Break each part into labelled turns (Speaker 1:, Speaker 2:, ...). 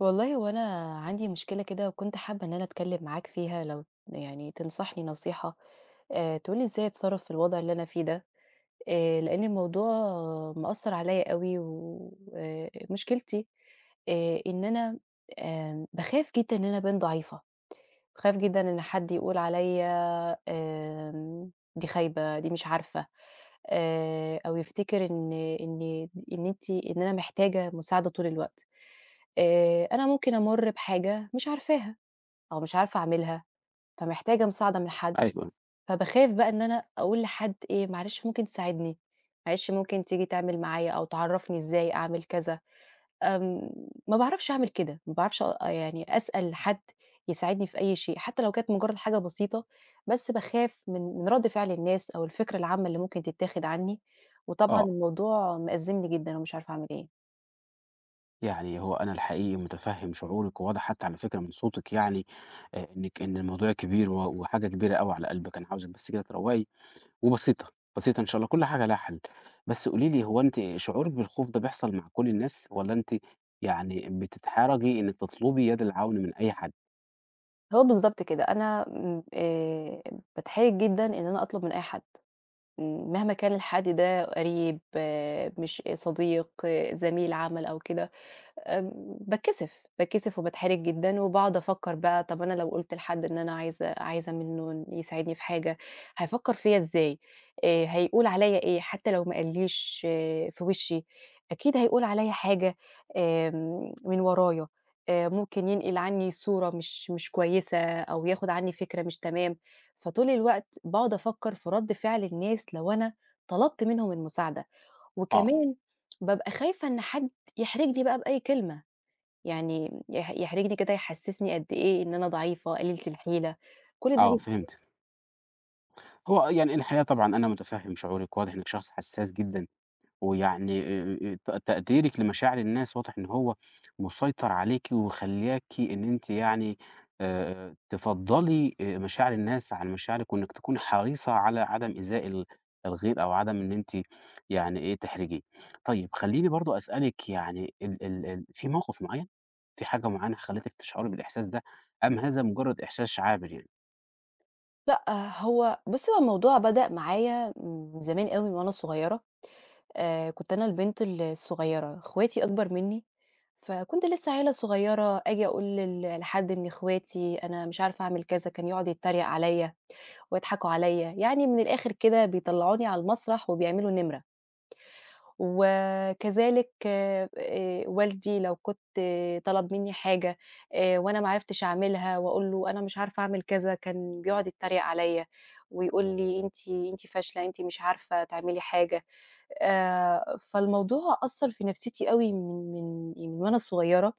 Speaker 1: والله هو أنا عندي مشكلة كده وكنت حابة إن أنا أتكلم معاك فيها لو يعني تنصحني نصيحة، تقول لي إزاي أتصرّف في الوضع اللي أنا فيه ده، لإن الموضوع مأثّر عليّا أوي ومشكلتي إن أنا باخاف جدًا إن أنا أبان ضعيفة. باخاف جدًا إن حد يقول عليَّ آمم، دي خايبة، دي مش عارفة، أو يفتكر إن أنتِ إن أنا محتاجة مساعدة طول الوقت. أنا ممكن أمُر بحاجة مش عارفاها أو مش عارفة أعملها، فمحتاجة مساعدة من حد،
Speaker 2: أيوه،
Speaker 1: فباخاف بقى إن أنا أقول لحد إيه، معلش ممكن تساعدني، معلش ممكن تيجي تعمل معايا أو تعرّفني إزاي أعمل كذا. آمم، ما باعرفش أعمل كده، ما باعرفش يعني أسأل حد يساعدني في أي شيء، حتى لو كانت مجرد حاجة بسيطة، بس باخاف من رد فعل الناس أو الفكرة العامة اللي ممكن تتاخد عني، وطبعًا
Speaker 2: آه،
Speaker 1: الموضوع مأزمني جدًا ومش عارفة أعمل إيه.
Speaker 2: يعني هو أنا الحقيقي مُتفهِّم شعورِك، وواضح حتى على فكرة من صوتِك يعني إن الموضوع كبير و وحاجة كبيرة أوي على قلبِك، أنا عاوزِك بس كده تروّقي وبسيطة، بسيطة إن شاء الله، كل حاجة لها حل. بس قولي لي هو أنتِ شعورِك بالخوف ده بيحصل مع كل الناس والّا أنتِ يعني بتتحرجي إنِّك تطلبي يد العون من أي حد؟
Speaker 1: هو بالضبط كده، أنا باتحرج جدًا إن أنا أطلب من أي حد، مهما كان الحد ده قريب آه، مش صديق، آه، زميل عمل أو كده. آمم، باتكسف، باتكسف وباتحرج جدًا، وباقعد أفكّر بقى طَب أنا لو قُلت لحد إن أنا عايزة منّه إن يساعدني في حاجة، هيفكّر فيّا إزاي، هيقول عليّا إيه، حتى لو ما قاليش آه، في وشّي، أكيد هيقول عليّا حاجة من ورايا، ممكن ينقل عنّي صورة مش كويسة أو ياخُد عنّي فكرة مش تمام، فطول الوقت باقعد أفكّر في رَد فعل الناس لو أنا طلبت منهم المساعدة،
Speaker 2: آه،
Speaker 1: وكمان بابقى خايفة إن حد يحرجني بقى بأي كلمة. يعني يحرجني كده، يحسسني قد إيه إن أنا ضعيفة، قليلة الحيلة، كل ده
Speaker 2: آه، فهمتِك. هو يعني الحقيقة طبعًا أنا مُتفهِّم شعورِك، واضح إنِّك شخص حسّاس جدًا. ويعني تقديرِك لمشاعر الناس واضح إن هو مسيطر عليكِ وخلّاكِ إن أنتِ يعني تفضّلي مشاعر الناس عن مشاعرِك، وإنِّك تكوني حريصة على عدم إيذاء الغير أو عدم إن أنتِ يعني إيه، تحرجيه. طيب خلّيني برضه أسألِك يعني ال ال ال في موقف معيّن، في حاجة معيّنة خلّتِك تشعري بالإحساس ده، أم هذا مجرّد إحساس عابر يعني،
Speaker 1: لأ، هو بُصّي هو الموضوع بدأ معايا من زمان أوي من وأنا صغيرة، كنت أنا البنت الصغيرة، اخواتي أكبر مني، فكنت لسه عيلة صغيرة، آجي أقول لحد من اخواتي أنا مش عارفة أعمل كذا، كان يقعد يتريق عليَّ ويضحكوا عليَّ، يعني من الآخر كده بيطلعوني على المسرح وبيعملوا نمرة. وكذلك والدي لو كنت آه، طلب منّي حاجة وأنا ما عرفتش أعملها وأقول له أنا مش عارفة أعمل كذا، كان بيقعد يتريق عليّا ويقول لي: "أنتِ فاشلة، أنتِ مش عارفة تعملي حاجة." فالموضوع أثّر في نفسيتي أوي من وأنا صغيرة.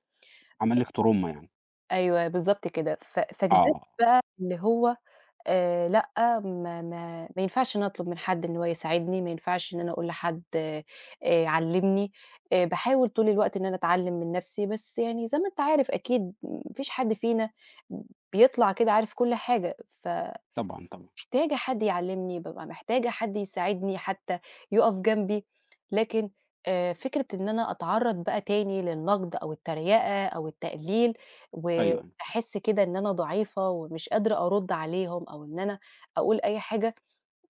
Speaker 2: عمل لِك تروما يعني؟
Speaker 1: أيوه بالضبط كده. فكبرت
Speaker 2: آه،
Speaker 1: بقى اللي هو لأ، ما ينفعش إن أنا أطلب من حد إن هو يساعدني، ما ينفعش إن أنا أقول لحد علّمني، باحاول طول الوقت إن أنا أتعلّم من نَفْسي، بس يعني زي ما أنت عارف أكيد ما فيش حد فينا بيطلع كده عارف كل حاجة،
Speaker 2: طبعًا، طبعًا،
Speaker 1: محتاجة حد يعلّمني، بابقى محتاجة حد يساعدني حتى، يُقف جنبي، لكن فكرة إن أنا أتعرّض بقى تاني للنقد أو التريقة أو التقليل،
Speaker 2: أيوه، أيوه،
Speaker 1: وأحس كده إن أنا ضعيفة ومش قادرة أرُدّ عليهم أو إن أنا أقول أي حاجة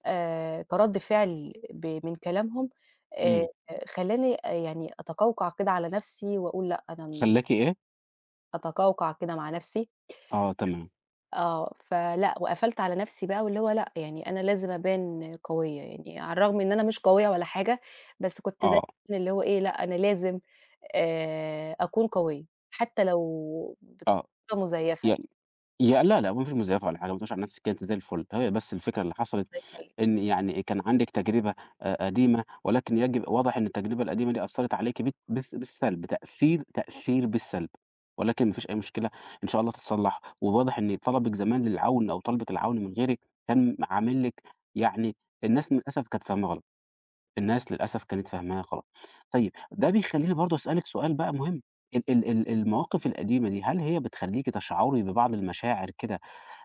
Speaker 1: كرَد فعل من كلامهم، آآ
Speaker 2: إمم،
Speaker 1: خلّاني آه، يعني أتقوقع كده على نَفْسي وأقول لأ أنا م
Speaker 2: خلّاكِ إيه؟
Speaker 1: أتقوقع كده مع نَفْسي
Speaker 2: آه، تمام،
Speaker 1: آه، فلأ، وقفلت على نفسي بقى واللي هو لأ، يعني أنا لازم أبان قوية، يعني على الرغم إن أنا مش قوية ولا حاجة، بس كنت دايمًا
Speaker 2: آه.
Speaker 1: اللي هو إيه، لأ أنا لازم أكون قوية، حتى لو
Speaker 2: آه،
Speaker 1: بطريقة مزيفة
Speaker 2: يعني
Speaker 1: يعني
Speaker 2: يا لا، لأ ما فيش مزيفة ولا حاجة، ما تقوليش على نفسِك كده أنتِ زي الفل، هي بس الفكرة اللي حصلت
Speaker 1: الله يخليك.
Speaker 2: إن يعني كان عندِك تجربة قديمة، ولكن يجب واضح إن التجربة القديمة دي أثّرت عليكِ بت بالس بالسلب، تأثير بالسلب، ولكن ما فيش أي مشكلة، إن شاء الله تتصلّح، وواضح إن طلبِك زمان للعون أو طلبِك العون من غيرِك كان عامل لِك يعني الناس للأسف كانت فاهماه غلط. الناس للأسف كانت فاهماها غلط. طيب ده بيخلّيني برضه أسألِك سؤال بقى مهم، ال ال ال المواقف القديمة دي هل هي بتخلّيكِ تشعري ببعض المشاعر كده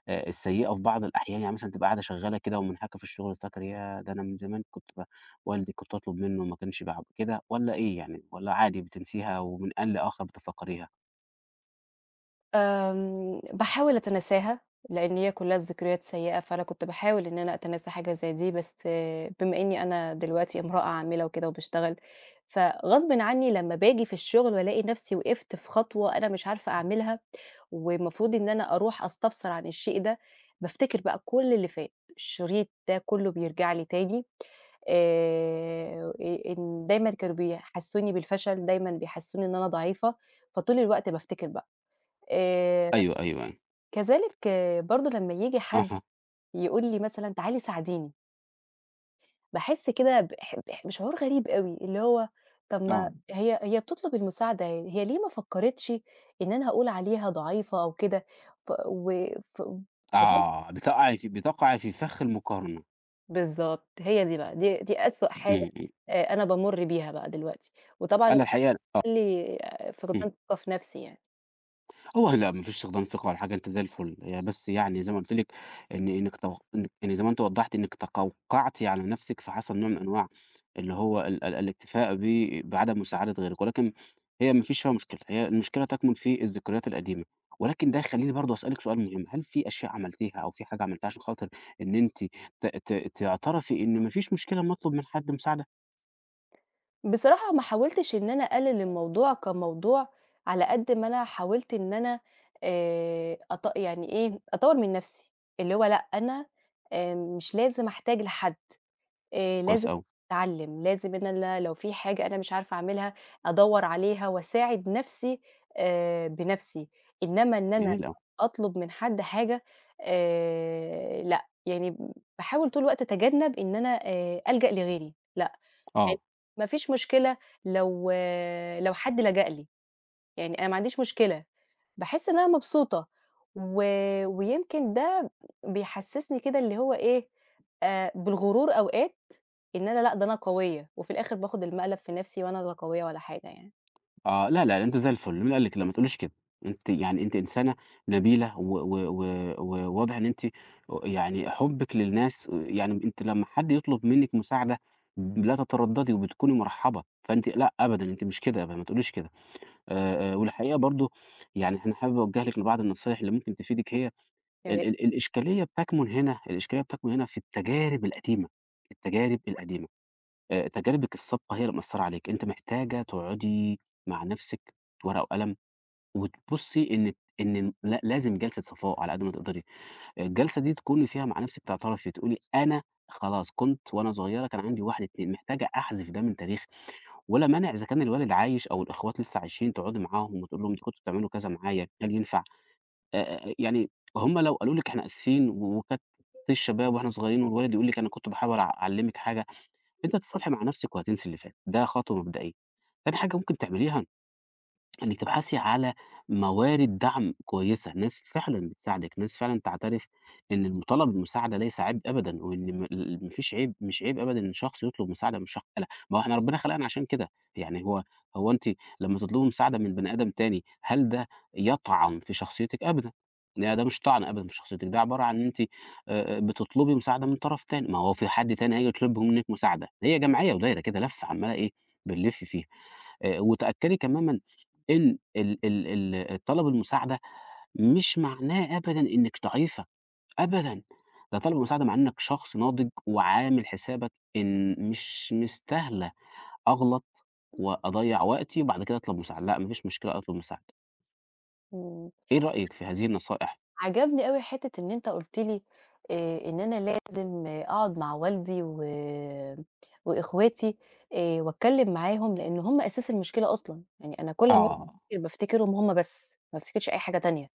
Speaker 2: السيئة في بعض الأحيان؟ يعني مثلًا تبقى قاعدة شغّالة كده ومنهكة في الشغل تفتكري ياه! ده أنا من زمان كنت والدي كنت أطلب منه وما كانش بيعم كده والّا إيه يعني والّا عادي بتنسيها ومن آن لآخر بتتذكريها؟
Speaker 1: باحاول أتناساها، لإن هي كلها ذكريات سيئة، فأنا كنت باحاول إن أنا أتناسى حاجة زي دي، بس آه، بما إني أنا دلوقتي امرأة عاملة وكده وباشتغل، فغصبٍ عني لمّا باجي في الشغل والاقي نفسي وقفت في خطوة أنا مش عارفة أعملها والمفروض إن أنا أروح أستفسر عن الشيء ده، بافتكر بقى كل اللي فات، الشريط ده كله بيرجع لي تاني إن دايمًا كانوا بيحسّسوني بالفشل، دايمًا بيحسّسوني إن أنا ضعيفة، فطول الوقت بافتكر بقى. آآ،
Speaker 2: أيوه، أيوه، أيوه.
Speaker 1: كذلك برضه لمّا ييجي حد
Speaker 2: أها،
Speaker 1: يقول لي مثلًا تعالي ساعديني باحس كده بح بح بشعور غريب أوي، اللي هو طَب ما
Speaker 2: آه.
Speaker 1: إمم. هي بتطلب المساعدة، يعني هي ليه ما فكّرتش إن أنا هاقول عليها ضعيفة أو كده، ف و ف
Speaker 2: آه، بتقعي في فخ المقارنة.
Speaker 1: بالضبط، هي دي بقى، دي أسوأ حاجة
Speaker 2: إمم، إمم.
Speaker 1: أنا بامُر بيها بقى دلوقتي، وطبعًا
Speaker 2: أنا
Speaker 1: اللي
Speaker 2: الحقيقة آه،
Speaker 1: مخلّي
Speaker 2: إمم.
Speaker 1: فقدان ثقة في نَفْسي يعني.
Speaker 2: هو لأ، ما فيش استخدام ثقة ولا حاجة، أنت زي الفل. هي بس يعني زي ما قُلت لِك إن إنِّك يعني زي ما أنتِ وضّحتِ إنِّك تقوقعتِ على نَفْسِك، فحصل نوع من أنواع اللي هو ال ال الاكتفاء بعدم مساعدة غيرِك، ولكن هي ما فيش فيها مشكلة، هي المشكلة تكمُن في الذكريات القديمة. ولكن ده يخلّيني برضه أسألِك سؤال مهم، هل في أشياء عملتيها أو في حاجة عملتيها عشان خاطر إن أنتِ ت ت تعترفي إن ما فيش مشكلة أمّا أطلب من حد مساعدة؟
Speaker 1: بصراحة ما حاولتش إن أنا أقلل الموضوع كموضوع، على قد ما أنا حاولت إن أنا أط يعني إيه، أطوّر من نفسي، اللي هو لأ أنا مش لازم أحتاج لحد،
Speaker 2: كويس
Speaker 1: لازم
Speaker 2: أوي،
Speaker 1: أتعلّم، لازم إن أنا لو في حاجة أنا مش عارفة أعملها أدوّر عليها وأساعد نفسي بنفسي، إنما إن أنا
Speaker 2: جميل أوي،
Speaker 1: أطلب من حد حاجة لأ، يعني باحاول طول الوقت أتجنب إن أنا ألجأ لغيري. يعني
Speaker 2: آه.
Speaker 1: ما فيش مشكلة لو لو حد لجأ لي، يعني أنا ما عنديش مشكلة، باحس إن أنا مبسوطة، و ويمكن ده بيحسسني كده اللي هو إيه، بالغرور أوقات إن أنا لأ، ده أنا قوية، وفي الآخر باخد المقلب في نفسي وأنا لا قوية ولا حاجة يعني.
Speaker 2: آه، لا، لا، أنتِ زي الفل، مين قال لِك كده؟ ما تقوليش كده، أنتِ يعني أنتِ إنسانة نبيلة وواضح و و و وواضح إن أنتِ يعني حُبِّك للناس يعني أنتِ لمّا حد يطلب منِّك مساعدة لا تترددي وبتكوني مرحبة، فأنتِ لأ، أبدًا أنتِ مش كده، ابدا، ما تقوليش كده. والحقيقة برضه يعني أنا حابب أوجّه لِك لبعض النصايح اللي ممكن تفيدِك هي
Speaker 1: يا
Speaker 2: ال
Speaker 1: ريت.
Speaker 2: ال الإشكالية بتكمن هنا الإشكالية بتكمن هنا في التجارب القديمة، التجارب القديمة. تجاربِك السابقة هي اللي مأثّرة عليكِ، أنتِ محتاجة تقعدي مع نَفْسِك ورقة وقلم وتبُصّي إن إن لا لازم جلسة صفاء على قد ما تقدري، الجلسة دي تكوني فيها مع نَفْسِك تعترفي تقولي أنا خلاص كنت وأنا صغيرة كان عندي 1، 2 محتاجة أحذف ده من تاريخي، ولا مانع إذا كان الوالد عايش أو الإخوات لسه عايشين تقعدي معاهم وتقول لهم أنتم كنتم بتعملوا كذا معايا، هل ينفع؟ يعني هم لو قالوا لِك إحنا آسفين وكانت طيش الشباب وإحنا صغيرين والوالد يقول لِك أنا كنت باحاول أعلّمِك حاجة أنتِ هتتصالحي مع نفسِك وهتنسي اللي فات، ده خطوة مبدئية. تاني حاجة ممكن تعمليها إنِّك تبحثي على موارد دعم كويسة، ناس فعلًا بتساعدِك، ناس فعلًا تعترف إن المطالبة بالمساعدة ليس عيب أبدًا، وإن م ال ما فيش عيب مش عيب أبدًا إن شخص يطلب مساعدة من شخص لأ، ما هو إحنا ربنا خلقنا عشان كده، يعني هو أنتِ لمّا تطلبي مساعدة من بني آدم تاني، هل ده يطعن في شخصيتِك؟ أبدًا، ده مش طعن أبدًا في شخصيتِك، ده عبارة عن إن أنتِ بتطلبي مساعدة من طرف تاني، ما هو في حد تاني هييجي يطلب منِّك مساعدة، هي جمعية ودايرة كده لَفّة عمّالة إيه، بنلِف فيها. وتأكدي تمامًا إن ال ال ال طلب المساعدة مش معناه أبدًا إنِّك ضعيفة، أبدًا، ده طلب المساعدة معناه إنّك شخص ناضج وعامل حسابك إن مش مستاهلة أغلط وأضيّع وقتي وبعد كده أطلب مساعدة، لأ ما فيش مشكلة أطلب مساعدة.
Speaker 1: إمم.
Speaker 2: إيه رأيك في هذه النصائح؟
Speaker 1: عجبني أوي حتّة إن أنت قُلت لي إن أنا لازم آه، أقعد مع والدي وإخواتي وأتكلّم معاهم، لإن هُم أساس المشكلة أصلًا، يعني أنا كل ما
Speaker 2: آه،
Speaker 1: بافتكر بافتكرهم هُم بس، ما بافتكرش أي حاجة تانية،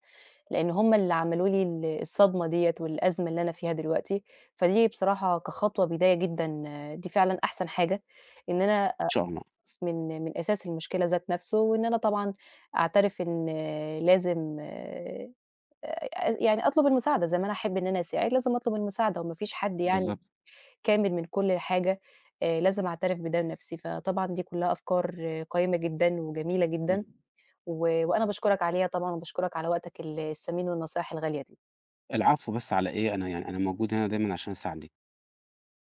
Speaker 1: لإن هُم اللي عملوا لي الصدمة ديّة والأزمة اللي أنا فيها دلوقتي، فدي بصراحة كخطوة بداية جدًا آه، دي فعلًا أحسن حاجة، إن أنا
Speaker 2: إن شاء الله،
Speaker 1: أقص من أساس المشكلة ذات نَفْسه، وإن أنا طبعًا أعترف إن آه، لازم يعني أطلب المساعدة، زي ما أنا أحب إن أنا أساعد، لازم أطلب المساعدة، وما فيش حد يعني
Speaker 2: بالضبط،
Speaker 1: كامل من كل حاجة، لازم أعترف بده لنفسي، فطبعًا دي كلها أفكار قيّمة جدًا وجميلة جدًا،
Speaker 2: إمم.
Speaker 1: وأنا باشكرك عليها طبعًا، وباشكرك على وقتك الثمين والنصايح الغالية دي.
Speaker 2: العفو بس على إيه، أنا يعني أنا موجود هنا دايمًا عشان أساعدِك.